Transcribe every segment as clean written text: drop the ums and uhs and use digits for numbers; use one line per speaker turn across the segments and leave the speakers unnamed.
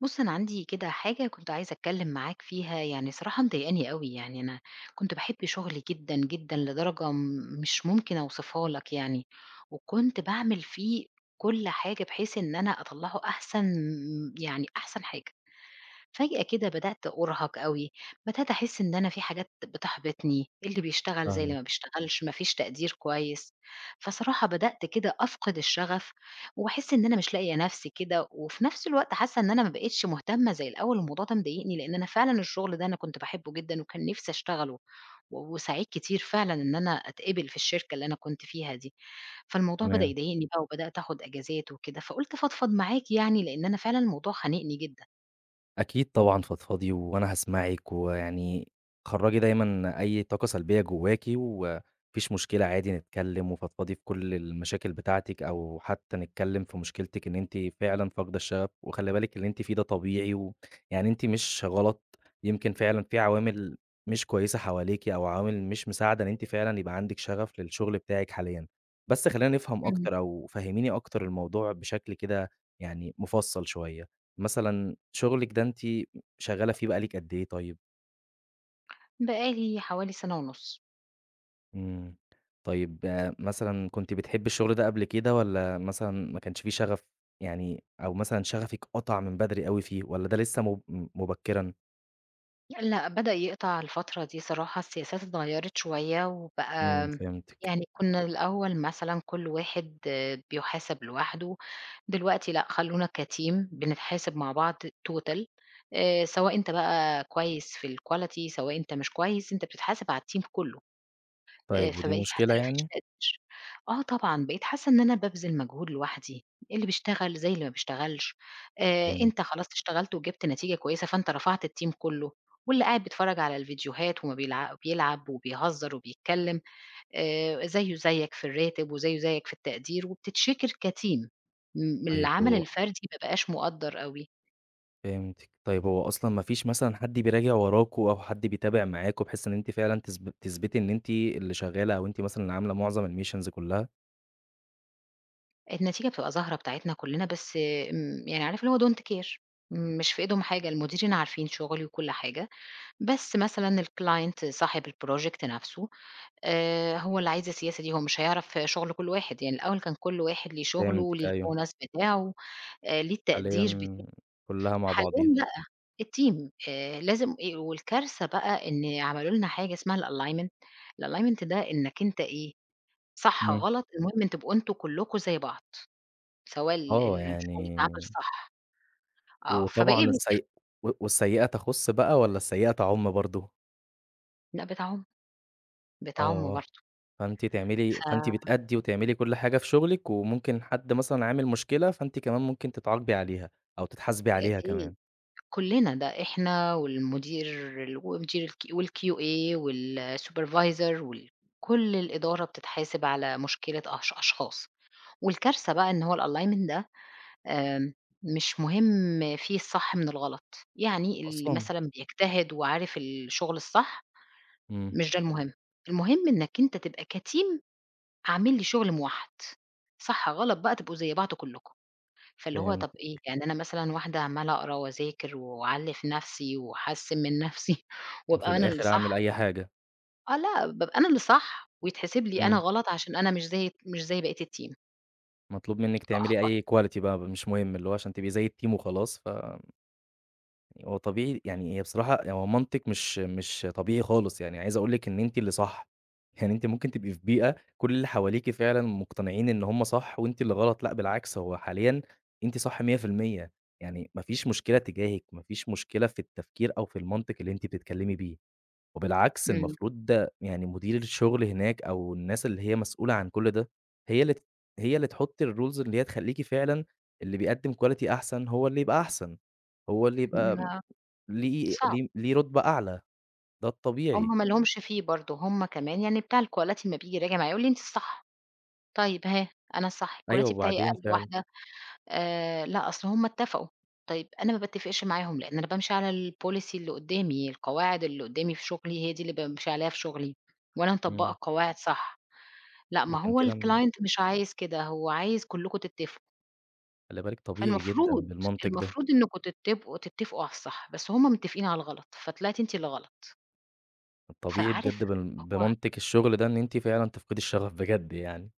بُص، أنا عندي كده حاجة كنت عايزة أتكلّم معاك فيها، يعني صراحة مضايقاني أوي، يعني أنا كنت باحب شغلي جدًا، جدًا لدرجة مش ممكن أوصفها لك يعني، وكنت باعمل فيه كل حاجة بحيث إن أنا أطلّعه أحسن يعني أحسن حاجة. فجأة كده بدأت أُرهَق أوي، بدأت أحس إن أنا في حاجات بتحبطني، إيه اللي بيشتغل زي اللي
فاهمِك،
ما بيشتغلش، ما فيش تقدير كويس، فصراحة بدأت كده أفقد الشغف، وباحس إن أنا مش لاقية نفسي كده، وفي نفس الوقت حاسة إن أنا ما بقيتش مهتمة زي الأول، الموضوع ده مضايقني، لإن أنا فعلًا الشغل ده أنا كنت باحبه جدًا وكان نفسي أشتغله، و وسعيد كتير فعلًا إن أنا أتقبل في الشركة اللي أنا كنت فيها دي، فالموضوع بدأ
تمام.
يضايقني بقى وبدأت آخد أجازات وكده، فقُلت أفضفض معاك يعني لإن أنا فعلًا الموضوع خانقني جدًا.
أكيد طبعًا فضفضي وأنا هاسمعِك، ويعني خرّجي دايمًا أي طاقة سلبية جواكِ، وما فيش مشكلة عادي نتكلّم وفضفضي في كل المشاكل بتاعتِك، أو حتى نتكلّم في مشكلتِك إن أنتِ فعلًا فاقدة الشغف، وخلّي بالِك اللي أنتِ فيه ده طبيعي، و يعني أنتِ مش غلط، يمكن فعلًا في عوامل مش كويسة حواليكِ، أو عوامل مش مساعدة إن أنتِ فعلًا يبقى عندِك شغف للشغل بتاعِك حاليًا. بس خلّينا نفهم أكتر، أو فهّميني أكتر الموضوع بشكل كده يعني مُفصّل شوية. مثلًا شغلِك ده أنتِ شغّالة فيه بقى لِك قد إيه طيب؟
بقى لي حوالي 1.5 سنة.
إمم، طيب مثلًا كنتِ بتحبّي الشغل ده قبل كده والّا مثلًا ما كانش فيه شغف يعني أو مثلًا شغفِك قطع من بدري أوي فيه والّا ده لسه مب م مبكرًا؟
لأ، بدأ يقطع الفترة دي صراحة، السياسات اتغيّرت شوية وبقى
فهمتِك.
يعني كُنّا الأول مثلًا كل واحد آه، بيُحاسب لوحده، دلوقتي لأ، خلّونا كteam بنتحاسب مع بعض total سواء أنت بقى كويس في الquality، سواء أنت مش كويس، أنت بتتحاسب على الteam كُلّه.
طيب ودي
فبقيت حاسة
مشكلة
إن ما فيش
يعني؟
تقدير. آه طبعًا، بقيت حاسة إن أنا بابذل مجهود لوحدي، اللي بيشتغل زي اللي ما بيشتغلش،
فهمت.
أنت خلاص اشتغلت وجبت نتيجة كويسة فأنت رفعت الteam كُلّه، واللي قاعد بيتفرّج على الفيديوهات وما بيلعب وبيهزر وبيتكلّم زيه زيّك في الراتب وزيه زيّك في التقدير وبتتشكر كteam م
طيب
العمل
هو
الفردي ما بقاش مُقدّر أوي،
فهمتِك. طيب هو أصلًا ما فيش مثلًا حد بيراجع وراكِ أو حد بيتابع معاكِ بحيث إن أنتِ فعلًا تثبتي إن أنتِ اللي شغّالة أو أنتِ مثلًا اللي عاملة معظم الmissions كُلّها؟
النتيجة بتبقى ظاهرة بتاعتنا كُلّنا بس يعني عارف اللي هو don't care، مش في إيدهم حاجة، المديرين عارفين شغلي وكل حاجة. بس مثلًا الclient صاحب الproject نفسه، هو اللي عايز السياسة دي، هو مش هيعرف شغل كل واحد، يعني الأول كان كل واحد ليه شغله،
فهمتِك،
ليه
أيوه.
الbonus بتاعه، ليه
حاليًا
التقدير بتاعه،
كُلّها مع
حاليًا
بعضيها.
لأ، الteam لازم، والكارثة بقى إن عملوا لنا حاجة اسمها الalignment، الalignment ده إنك أنت إيه، صح
إمم.
غلط المهم إن تبقوا أنتم كلكم زي بعض، سواء
آه،
الشغل
يعني
اتعمل صح، آه،
وطبعًا
فبقي
السي و والسيئة تخُص بقى والّا السيئة تعُم برضه؟
لأ بتاعهم، بتاعهم
آه،
برضه،
فأنتِ
فدي
بتأدّي وتعملي كل حاجة في شُغلِك وممكن حد مثلًا عامل مشكلة، فأنتِ كمان ممكن تتعاقبي عليها أو تتحاسبي عليها كمان.
كُلّنا، ده إحنا والمدير ال ومدير الك والQA والsupervisor كل الإدارة بتتحاسب على مشكلة أشخاص، والكارثة بقى إن هو الalignment ده، آمم، مش مهم فيه الصح من الغلط، يعني اللي
أصلًا!
مثلًا بيجتهد وعارف الشغل الصح
إمم،
مش ده المهم، المهم إنك أنت تبقى كteam عامل لي شغل موحّد، صح غلط بقى تبقوا زي بعض كلّكم. فاللي هو طَب إيه،
فهمتِك.
يعني أنا مثلًا واحدة عمّالة أقرا وأذاكر وأعلّي في نَفْسي وأحسّن من نَفْسي
وفي
وأبقى أنا اللي
الآخِر أعمل
صح.
أي حاجة.
آه لأ، بابقى أنا اللي صح ويتحسب لي أنا
إمم،
غلط عشان أنا مش زي بقية الteam
مطلوب منِّك تعملي
فأحبط.
أي quality بقى، مش مهم، اللي هو عشان تبقي زي الteam وخلاص ف هو طبيعي يعني هي بصراحة يعني هو منطق مش طبيعي خالص، يعني عايز أقول لِك إن أنتِ اللي صح، يعني أنتِ ممكن تبقي في بيئة كل اللي حواليكِ فعلًا مقتنعين إن هم صح وأنتِ اللي غلط، لأ بالعكس هو حاليًا أنتِ صح 100%. يعني ما فيش مشكلة تجاهِك، ما فيش مشكلة في التفكير أو في المنطق اللي أنتِ بتتكلمي بيه، وبالعكس
إمم،
المفروض ده يعني مدير الشغل هناك أو الناس اللي هي مسؤولة عن كل ده، هي اللي ت هي اللي تحط الrules اللي هي تخلّيكِ فعلًا اللي بيقدم quality أحسن هو اللي يبقى أحسن، هو اللي يبقى
ما
ليه
صعب،
ليه ليه رُتبة أعلى، ده الطبيعي.
هم ما لهمش فيه برضه، هم كمان يعني بتاع الquality أمّا بييجي يراجع معايا يقول لي: "أنتِ الصح." طيب ها، أنا الصح
أيوه
الquality بتاعي
وبعدين
أقل
فعلًا،
واحدة. لأ، أصل هُم اتفقوا، طيب أنا ما باتفقش معاهم، لإن أنا بامشي على الpolicy اللي قدّامي، القواعد اللي قدّامي في شغلي هي دي اللي بامشي عليها في شغلي، وأنا مطبّقة
إمم،
القواعد صح. لأ، ما
لكن
هو
كده م
الclient مش عايز كده، هو عايز كلّكم تتفقوا،
خلّي بالِك طبيعي جدًا
فالمفروض،
بالمنطق ده،
المفروض إنكم تتفقوا على الصح، بس هُم متّفقين على الغلط، فطلعتِ أنتِ اللي غلط،
الطبيعي
فعارف
بجد
هو
بمنطق الشغل ده إن أنتِ فعلًا تفقدي الشغف بجد يعني.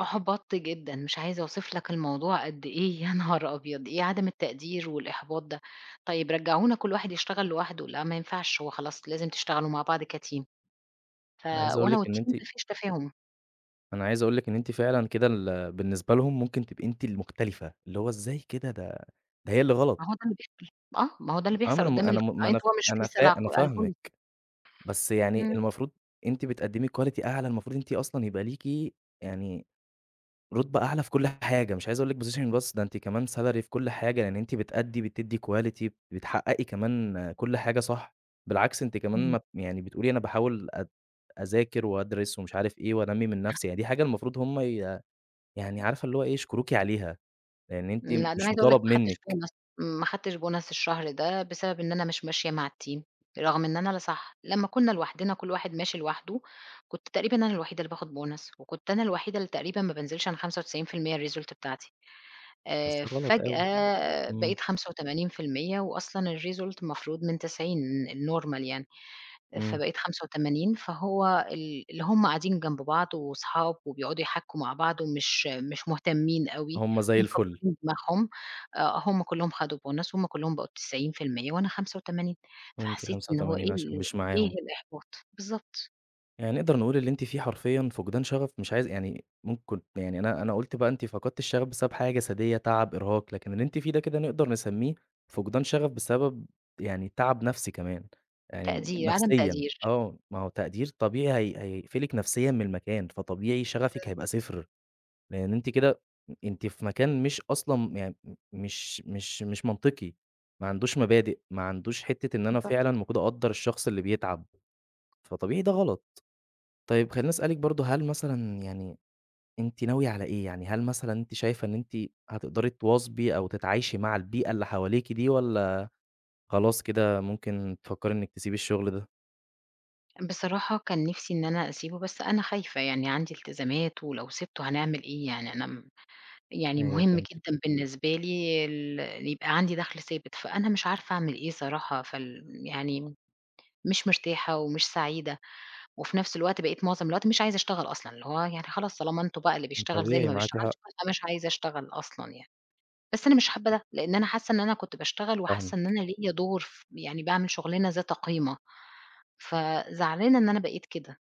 أحبطت جدًا، مش عايزة أوصف لك الموضوع قد إيه. يا نهار أبيض! إيه عدم التقدير والإحباط ده! طيب رجعونا كل واحد يشتغل لوحده، لأ ما ينفعش، هو خلاص لازم تشتغلوا مع بعض كteam ف
أنا عايز أقول
وأنا
لِك إن
والteam
أنتِ
ما فيش تفاهم،
أنا عايز أقول لِك إن أنتِ فعلًا كده ال بالنسبة لهم ممكن تبقي أنتِ المختلفة، اللي هو إزاي كده ده هي اللي غلط.
ما هو ده اللي بيحصل، آه، ما هو ده اللي
آه، ما
بيحصل
أنا م
قدّام
أنا م ما
الclient
أنا ف
هو مش
أنا
بيسأل
فا
على
أنا
الك على
فاهمِك،
الpolicy.
بس يعني
إمم،
المفروض أنتِ بتقدّمي quality أعلى، المفروض أنتِ أصلًا يبقى ليكِ يعني رُتبة أعلى في كل حاجة، مش عايز أقول لِك positioning بس، ده أنتِ كمان salary في كل حاجة، لأن أنتِ بتأدّي، بتدّي quality، بتحققي كمان كل حاجة صح، بالعكس أنتِ كمان
إمم.
ما ب يعني بتقولي أنا باحاول أذاكر وأدرس ومش عارف إيه وأنمّي من نَفْسي، يعني دي حاجة المفروض هم ي يعني عارفة اللي هو إيه، يشكروكِ عليها، لأن أنتِ
لأ، ده أنا
مش
عايزة أقول لك
مطالب
ما خدتش
منِّك،
bonus، ما خدتش bonus الشهر ده بسبب إن أنا مش ماشية مع الteam، رغم إن أنا لا صح، لمّا كنا لوحدنا كل واحد ماشي لوحده، كنت تقريبًا أنا الوحيدة اللي باخد bonus وكنت أنا الوحيدة اللي تقريبًا ما بانزلش عن 95% الresult بتاعتي،
بس ده غلط أوي.
فجأة
إمم،
بقيت 85% وأصلًا الresult المفروض من 90 الnormal يعني.
إمم،
فبقيت 85 فهو اللي هم قاعدين جنب بعض وصحاب وبيقعدوا يحكّوا مع بعض ومش مش مهتمين أوي
هم زي الفل
ومكبّرين دماغهم، هم كلّهم خدوا bonus وهم كلّهم بقوا 90% وأنا 85،
وأنتِ
فحسّيت إن هو
85
إيه
عشان مش
إيه
معاهم.
الإحباط، بالضبط،
يعني نقدر نقول اللي أنتِ فيه حرفيًا فقدان شغف، مش عايز يعني ممكن يعني أنا قُلت بقى أنتِ فقدتِ الشغف بسبب حاجة جسدية، تعب، إرهاق، لكن اللي أنتِ فيه ده كده نقدر نسميه فقدان شغف بسبب يعني تعب نفسي كمان، يعني
تقدير، عدم
نفسيًا
تقدير.
آه، ما هو تقدير طبيعي هي هيقفلِك نفسيًا من المكان، فطبيعي شغفِك هيبقى صفر، لأن أنتِ كده أنتِ في مكان مش أصلًا يعني مش منطقي، ما عندوش مبادئ، ما عندوش حتة إن أنا
بالضبط.
فعلًا المفروض أقدّر الشخص اللي بيتعب، فطبيعي ده غلط. طيب خلّيني أسألِك برضه هل مثلًا يعني أنتِ ناوية على إيه؟ يعني هل مثلًا أنتِ شايفة إن أنتِ هتقدري تواظبي أو تتعايشي مع البيئة اللي حواليكِ دي والّا خلاص كده ممكن تفكّري إنِّك تسيبي الشغل ده؟
بصراحة كان نِفْسي إن أنا أسيبه بس أنا خايفة، يعني عندي التزامات ولو سِبته هنعمل إيه يعني أنا م يعني
أيوه
مهم
فهمتِك،
جدًا بالنسبة لي اللي يبقى عندي دخل ثابت، فأنا مش عارفة أعمل إيه صراحة، يعني مش مرتاحة ومش سعيدة، وفي نفس الوقت بقيت معظم الوقت مش عايزة أشتغل أصلًا، اللي هو يعني خلاص طالما أنتم بقى اللي بيشتغل زي اللي
طبيعي
ما
معاكِ
بيشتغلش،
حق،
فأنا مش عايزة أشتغل أصلًا يعني. بس أنا مش حابة ده، لإن أنا حاسة إن أنا كنت باشتغل وحاسة إن
فاهمِك.
أنا ليّا دور يعني باعمل شغلانة ذات قيمة، فزعلانة إن أنا بقيت كده.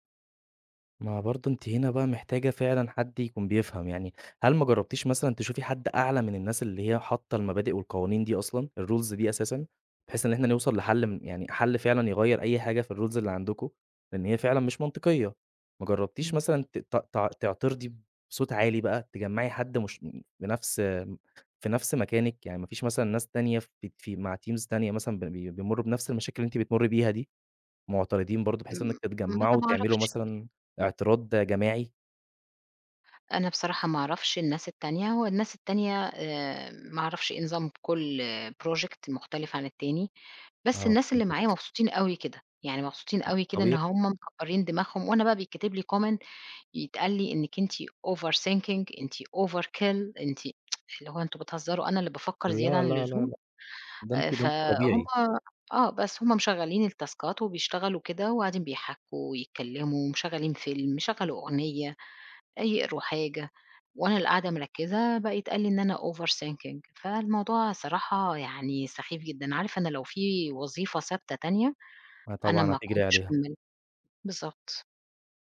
ما برضه أنتِ هنا بقى محتاجة فعلًا حد يكون بيفهم، يعني هل ما جرّبتيش مثلًا تشوفي حد أعلى من الناس اللي هي حاطة المبادئ والقوانين دي أصلًا، الrules دي أساسًا، بحيث إن إحنا نوصل لحل م يعني حل فعلًا يغيّر أي حاجة في الrules اللي عندكم، لإن هي فعلًا مش منطقية، ما جرّبتيش
إمم.
مثلًا ت ت تع تعترضي بصوت عالي بقى، تجمّعي حد مش م في نفس في نفس مكانِك، يعني ما فيش مثلًا ناس تانية في في مع teams تانية مثلًا ب بي بيمرّوا بنفس المشاكل اللي أنتِ بتمُرّي بيها دي؟ معترضين برضه
م
بحيث إنك
ما أنا
تتجمعوا
ما
وتعملوا
أعرفش.
مثلًا اعتراض جماعي؟
أنا بصراحة ما أعرفش الناس التانية، هو الناس التانية ما أعرفش إيه نظام كل project مختلف عن التاني، بس
آه
الناس اللي معايا
فهمتِك،
مبسوطين أوي كده، يعني مبسوطين أوي كده إن
طبيعي.
هم مكبرين دماغهم وأنا بقى بيتكتب لي comment يتقال لي إنِّك أنتِ overthinking، أنتِ overkill، أنتِ اللي هو أنتم بتهزروا، أنا اللي بافكر زيادة
لا،
عن
لا، لا،
اللزوم،
لأ، ده أنتِ ده أنتِ
فهُم
طبيعي،
آه، بس هم مشغّلين التاسكات وبيشتغلوا كده وقاعدين بيحكّوا ويتكلموا، مشغّلين فيلم، شغّلوا أغنية. يقروا حاجة وأنا اللي قاعدة مركّزة، بقى يتقال لي إن أنا over thinking، فالموضوع صراحة يعني سخيف جدًا، عارف أنا لو في وظيفة ثابتة تانية
ما
أنا
طبعًا
ما
هتجري
كنتش
عليها،
كمّلت. بالضبط،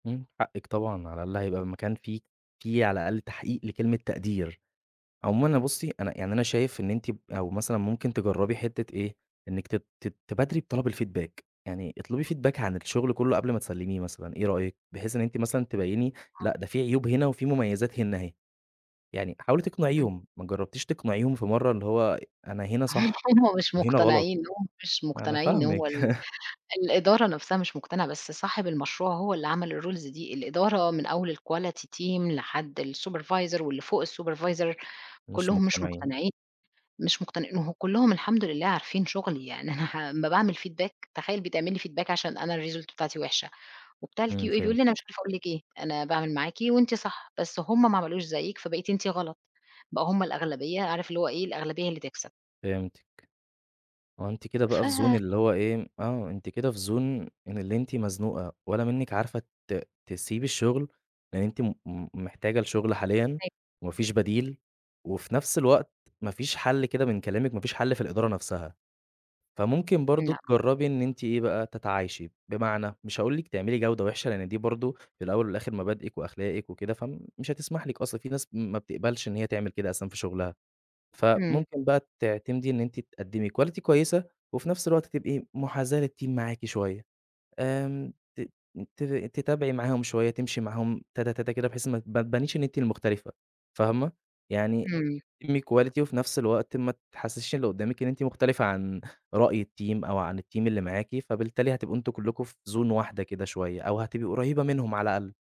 إمم، حقِك طبعًا، على الأقل هيبقى المكان فيه فيه على الأقل تحقيق لكلمة تقدير، عمومًا انا بُصّي أنا يعني أنا شايف إن أنتِ أو مثلًا ممكن تجربي حتة إيه، إنِك تت تت تبادري بطلب الfeedback، يعني اطلبي feedback عن الشغل كله قبل ما تسلميه مثلًا، إيه رأيِك؟ بحيث إن أنتِ مثلًا تبيني لأ ده في عيوب هنا وفي مميزات هنا أهي. يعني حاولي
إمم.
تقنعيهم، ما جرّبتيش تقنعيهم في مرّة اللي هو أنا هنا صح
هم مش
وهنا غلط،
مقتنعين، هم مش
أنا
مقتنعين،
فاهمِك،
هو الإدارة نفْسها مش مقتنعة، بس صاحب المشروع هو اللي عمل الrules دي، الإدارة من أول الquality team لحد الsupervisor واللي فوق الsupervisor
مش
كلّهم مش
مقتنعين،
مقتنعين، مش مقتنعين وهو كلّهم الحمد لله عارفين شغلي، يعني. أنا ح أمّا باعمل feedback تخيّل بيتعمل لي feedback عشان أنا الresult بتاعتي وِحشة، وبتاع الQA
إمم،
بيقول
فهمت،
لي: "أنا مش عارف أقول لِك إيه، أنا باعمل معاكِ وأنتِ صح، بس هم ما عملوش زيِّك فبقيتِ أنتِ غلط." بقوا هم الأغلبية، عارف اللي هو إيه، الأغلبية هي اللي تكسب.
فهمتِك، آه أنتِ كده
ف
بقى في زون اللي هو إيه، آه أنتِ كده في زون إن اللي أنتِ مزنوقة ولا منِّك عارفة تسيبي الشغل، لإن أنتِ م م محتاجة الشغل حاليًا وما فيش بديل، وفي نفس الوقت ما فيش حل كده من كلامِك ما فيش حل في الإدارة نفسها. فممكن برضه
نعم،
تجرّبي إن أنتِ إيه بقى، تتعايشي، بمعنى مش هاقول لِك تعملي جودة وِحشة، لإن دي برضه في الأول والآخر مبادئِك وأخلاقِك وكده، فمش هتسمح لِك أصلًا في ناس ما بتقبلش إن هي تعمل كده أصلًا في شغلها،
إمم،
فممكن بقى تعتمدي إن أنتِ تقدّمي quality كويسة، وفي نفس الوقت تبقي محاذاة للteam معاكِ شوية. آمم ت ت تتابعي معاهم شوية، تمشي معاهم تاتا، تاتا كده بحيث ما تبانيش إن أنتِ المختلفة، فاهمة؟ يعني
إمم،
تقدمي quality وفي نفس الوقت ما تحسسيش اللي قدامِك إن أنتِ مختلفة عن رأي الteam أو عن الteam اللي معاكِ، فبالتالي هتبقوا أنتم كلكم في zone واحدة كده شوية، أو هتبقي قريبة منهم على الأقل،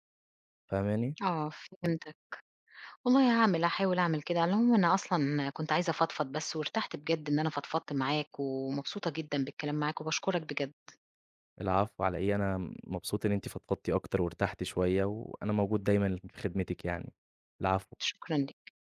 فاهماني؟
آه فهمتك. والله هاعمل، هاحاول أعمل كده، على العموم أنا أصلًا كنت عايزة أفضفض بس وارتحت بجد إن أنا فضفضت معاك، ومبسوطة جدًا بالكلام معاك وباشكرك بجد،
العفو على إيه، أنا مبسوط إن أنتِ فضفضتِ أكتر وارتحتِ شوية، وأنا موجود دايمًا لخدمتِك يعني، العفو.
شكرًا ليك.